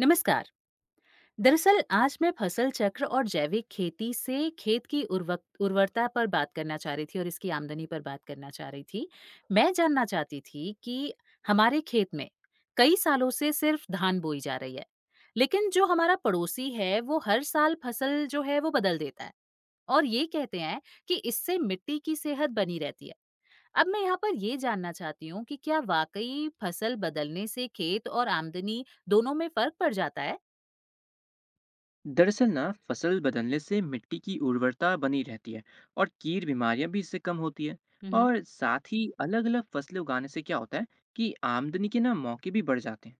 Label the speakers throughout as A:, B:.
A: नमस्कार। दरअसल आज मैं फसल चक्र और जैविक खेती से खेत की उर्वक उर्वरता पर बात करना चाह रही थी और इसकी आमदनी पर बात करना चाह रही थी। मैं जानना चाहती थी कि हमारे खेत में कई सालों से सिर्फ धान बोई जा रही है। लेकिन जो हमारा पड़ोसी है वो हर साल फसल जो है वो बदल देता है और ये कहते हैं कि इससे मिट्टी की सेहत बनी रहती है। अब मैं यहाँ पर ये जानना चाहती हूँ कि क्या वाकई फसल बदलने से खेत और आमदनी दोनों में फर्क पड़ जाता है?
B: दरअसल ना फसल बदलने से मिट्टी की उर्वरता बनी रहती है और कीट बीमारियां भी इससे कम होती है। और साथ ही अलग अलग फसलें उगाने से क्या होता है कि आमदनी के ना मौके भी बढ़ जाते हैं।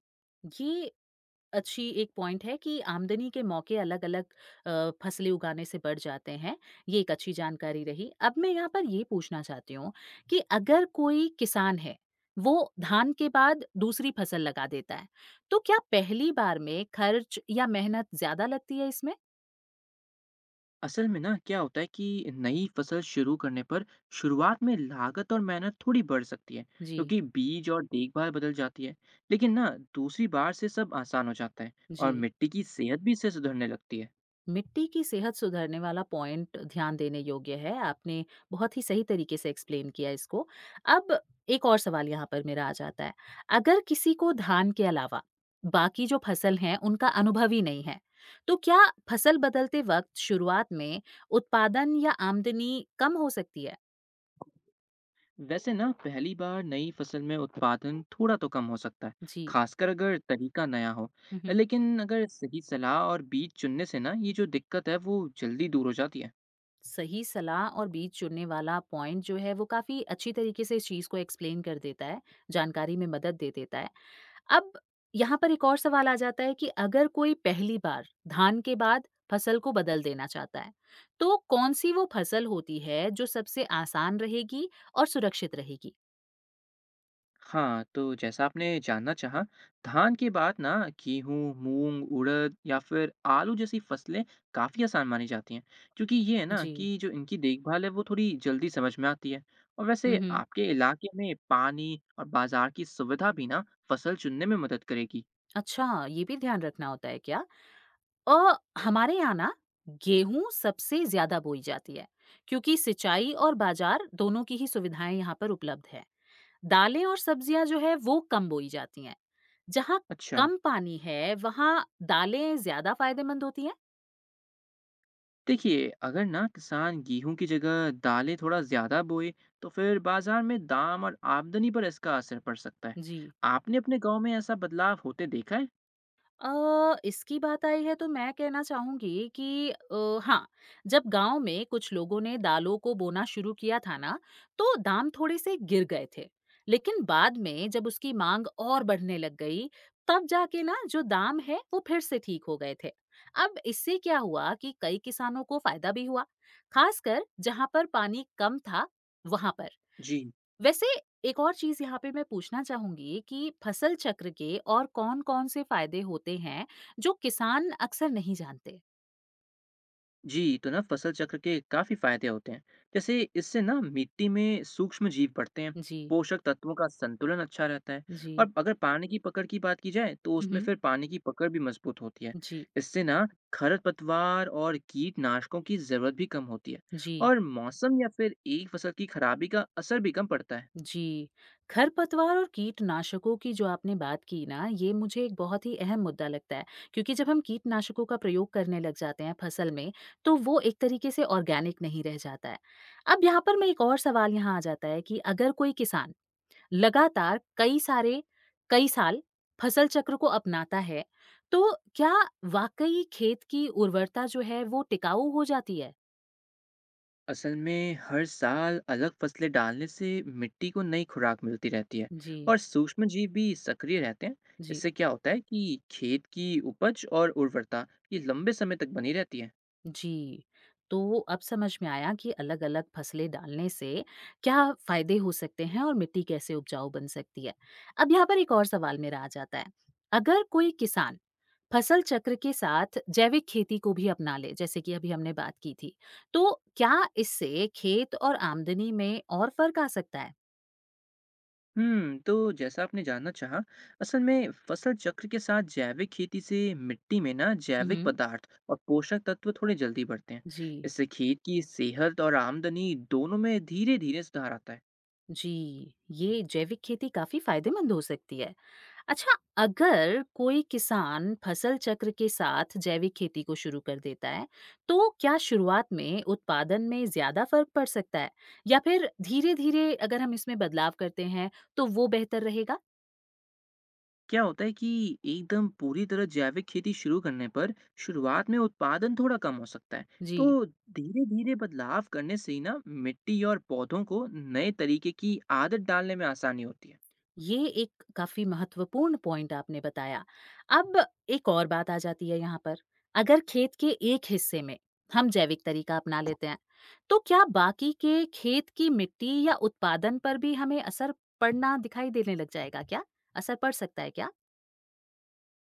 A: ये अच्छी एक पॉइंट है कि आमदनी के मौके अलग-अलग फसलें उगाने से बढ़ जाते हैं। ये एक अच्छी जानकारी रही। अब मैं यहाँ पर ये पूछना चाहती हूँ कि अगर कोई किसान है, वो धान के बाद दूसरी फसल लगा देता है, तो क्या पहली बार में खर्च या मेहनत ज़्यादा लगती है इसमें?
B: असल में ना क्या होता है कि नई फसल शुरू करने पर शुरुआत में लागत और मेहनत थोड़ी बढ़ सकती है,
A: जी,
B: क्योंकि बीज और देखभाल बदल जाती है। लेकिन ना दूसरी बार से सब आसान हो जाता है
A: जी।
B: और मिट्टी की सेहत भी इससे सुधरने लगती है।
A: मिट्टी की सेहत सुधारने वाला पॉइंट ध्यान देने योग्य है। आपने बहुत ही सही तरीके से एक्सप्लेन किया इसको। अब एक और सवाल यहाँ पर मेरा आ जाता है। अगर किसी को धान के अलावा बाकी जो फसल हैं उनका अनुभव ही नहीं है, तो क्या फसल बदलते वक़्त शुरुआत में उत्पादन या आमदनी कम हो सकती है?
B: वैसे ना पहली बार नई फसल में उत्पादन थोड़ा तो कम हो सकता है,
A: जी।
B: खासकर अगर तरीका नया हो।
A: हुँ, हुँ।
B: लेकिन अगर सही सलाह और बीज चुनने से ना ये जो दिक्कत है वो जल्दी दूर हो जाती है।
A: सही सलाह और बीज चुनने वाला पॉइंट जो है वो काफ़ी अच्छी तरीके से इस चीज़ को एक्सप्लेन कर देता है, जानकारी में मदद दे देता है। अब यहाँ पर एक और सवाल आ जाता है कि अगर कोई पहली बार धान के बाद फसल को बदल देना चाहता है, तो कौन सी वो फसल होती है जो सबसे आसान रहेगी और सुरक्षित रहेगी?
B: हाँ, तो जैसा आपने जानना चाहा, धान के बाद ना गेहूँ, मूंग, उड़द या फिर आलू जैसी फसलें काफ़ी आसान मानी जाती हैं, क्योंकि ये है ना
A: जी।
B: कि जो इनकी देखभाल है वो थोड़ी जल्दी समझ में आती है। और
A: हुँ,
B: वैसे
A: हुँ।
B: आपके इलाके में पानी और बाजार की सुविधा भी ना फसल चुनने में मदद करेगी।
A: अच्छा, ये भी ध्यान रखना होता है क्या? अ, हमारे यहाँ ना गेहूँ सबसे ज़्यादा बोई जाती है, क्योंकि सिंचाई और बाज़ार दोनों की ही सुविधाएँ यहाँ पर उपलब्ध है। दालें और सब्जियां जो है वो कम बोई जाती हैं। जहाँ
B: अच्छा,
A: कम पानी है वहाँ दालें ज्यादा फायदेमंद होती हैं।
B: देखिए अगर ना किसान गेहूं की जगह दालें थोड़ा ज़्यादा बोए तो फिर बाजार में दाम और आमदनी पर इसका असर पड़ सकता है।
A: जी।
B: आपने अपने गांव में ऐसा बदलाव होते देखा है?
A: इसकी बात आई है तो मैं कहना चाहूँगी कि हाँ, जब गाँव में कुछ लोगों ने दालों को बोना शुरू किया था ना, तो दाम थोड़े-से गिर गए थे। लेकिन बाद में जब उसकी माँग और बढ़ने लग गई, तब जाके ना जो दाम है वो फिर से ठीक हो गए थे। अब इससे क्या हुआ कि कई किसानों को फ़ायदा भी हुआ, ख़ासकर जहाँ पर पानी कम था, वहाँ पर।
B: जी।
A: वैसे एक और चीज़ यहाँ पे मैं पूछना चाहूँगी कि फसल चक्र के और कौन-कौन से फ़ायदे होते हैं, जो किसान अक्सर नहीं जानते?
B: जी, तो ना फसल चक्र के काफी फायदे होते हैं। जैसे इससे ना मिट्टी में सूक्ष्म जीव बढ़ते हैं,
A: जी,
B: पोषक तत्वों का संतुलन अच्छा रहता है।
A: जी।
B: और अगर पानी की पकड़ की बात की जाए तो
A: हुँ,
B: उसमें
A: हुँ।
B: फिर पानी की पकड़ भी मजबूत होती है।
A: जी,
B: इससे ना खरपतवार और कीटनाशकों की जरूरत भी कम होती है
A: जी,
B: और मौसम या फिर एक फसल की खराबी का असर भी कम पड़ता है।
A: जी। खरपतवार और कीटनाशकों की जो आपने बात की ना, ये मुझे एक बहुत ही अहम मुद्दा लगता है क्योंकि जब हम कीटनाशकों का प्रयोग करने लग जाते हैं फसल में, तो वो एक तरीके से ऑर्गेनिक नहीं रह जाता है। अब यहाँ पर मैं एक और सवाल यहाँ आ जाता है कि अगर कोई किसान लगातार कई साल फसल चक्र को अपनाता है, तो क्या वाक़ई खेत की उर्वरता जो है वो टिकाऊ हो जाती है?
B: असल में हर साल अलग फसलें डालने से मिट्टी को नई खुराक मिलती रहती है
A: जी,
B: और सूक्ष्म जीव भी सक्रिय रहते हैं।
A: जी।
B: इससे क्या होता है कि खेत की उपज और उर्वरता ये लंबे समय तक बनी रहती है।
A: जी। तो अब समझ में आया कि अलग-अलग फसलें डालने से क्या फ़ायदे हो सकते हैं और मिट्टी कैसे उपजाऊ बन सकती है। अब यहाँ पर एक और सवाल मेरा आ जाता है। अगर कोई किसान फसल चक्र के साथ जैविक खेती को भी अपना ले, जैसे कि अभी हमने बात की थी, तो क्या इससे खेत और आमदनी में और फ़र्क आ सकता है?
B: हम्म, तो जैसा आपने जानना चाहा, असल में फसल चक्र के साथ जैविक खेती से मिट्टी में ना
A: हुँ,
B: जैविक
A: हुँ।
B: पदार्थ और पोषक तत्व थोड़े जल्दी बढ़ते हैं।
A: जी।
B: इससे खेत की सेहत और आमदनी दोनों में धीरे धीरे सुधार आता है।
A: जी, ये जैविक खेती काफ़ी फ़ायदेमंद हो सकती है। अच्छा, अगर कोई किसान फसल चक्र के साथ जैविक खेती को शुरू कर देता है, तो क्या शुरुआत में उत्पादन में ज़्यादा फ़र्क पड़ सकता है? या फिर धीरे-धीरे अगर हम इसमें बदलाव करते हैं, तो वो बेहतर रहेगा?
B: क्या होता है कि एकदम पूरी तरह जैविक खेती शुरू करने पर शुरुआत में उत्पादन थोड़ा कम हो सकता है।
A: जी।
B: तो धीरे धीरे बदलाव करने से ही ना मिट्टी और पौधों को नए तरीके की आदत डालने में आसानी होती है।
A: ये एक काफ़ी महत्वपूर्ण पॉइंट आपने बताया। अब एक और बात आ जाती है यहाँ पर, अगर खेत के एक हिस्से में हम जैविक तरीका अपना लेते हैं, तो क्या बाकी के खेत की मिट्टी या उत्पादन पर भी हमें असर पड़ना दिखाई देने लग जाएगा क्या? असर पड़ सकता है क्या?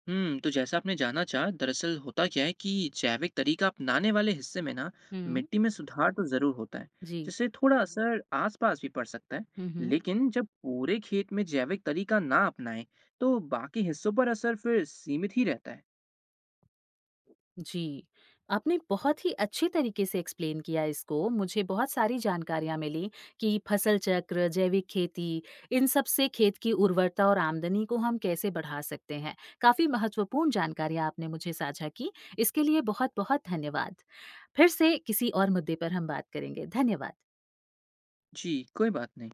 B: हम्म, तो जैसा आपने जाना चाहा, दरअसल होता क्या है कि जैविक तरीका अपनाने वाले हिस्से में ना
A: हुँ।
B: मिट्टी में सुधार तो जरूर होता है,
A: जी।
B: जिससे थोड़ा असर आसपास भी पड़ सकता है।
A: हुँ, हुँ।
B: लेकिन जब पूरे खेत में जैविक तरीका ना अपनाएं तो बाकी हिस्सों पर असर फिर सीमित ही रहता है।
A: जी, आपने बहुत ही अच्छे तरीके से एक्सप्लेन किया इसको, मुझे बहुत सारी जानकारियाँ मिली कि फसल चक्र, जैविक खेती, इन सब से खेत की उर्वरता और आमदनी को हम कैसे बढ़ा सकते हैं। काफ़ी महत्वपूर्ण जानकारियाँ आपने मुझे साझा की, इसके लिए बहुत-बहुत धन्यवाद। फिर से किसी और मुद्दे पर हम बात करेंगे, धन्यवाद।
B: जी, कोई बात नहीं।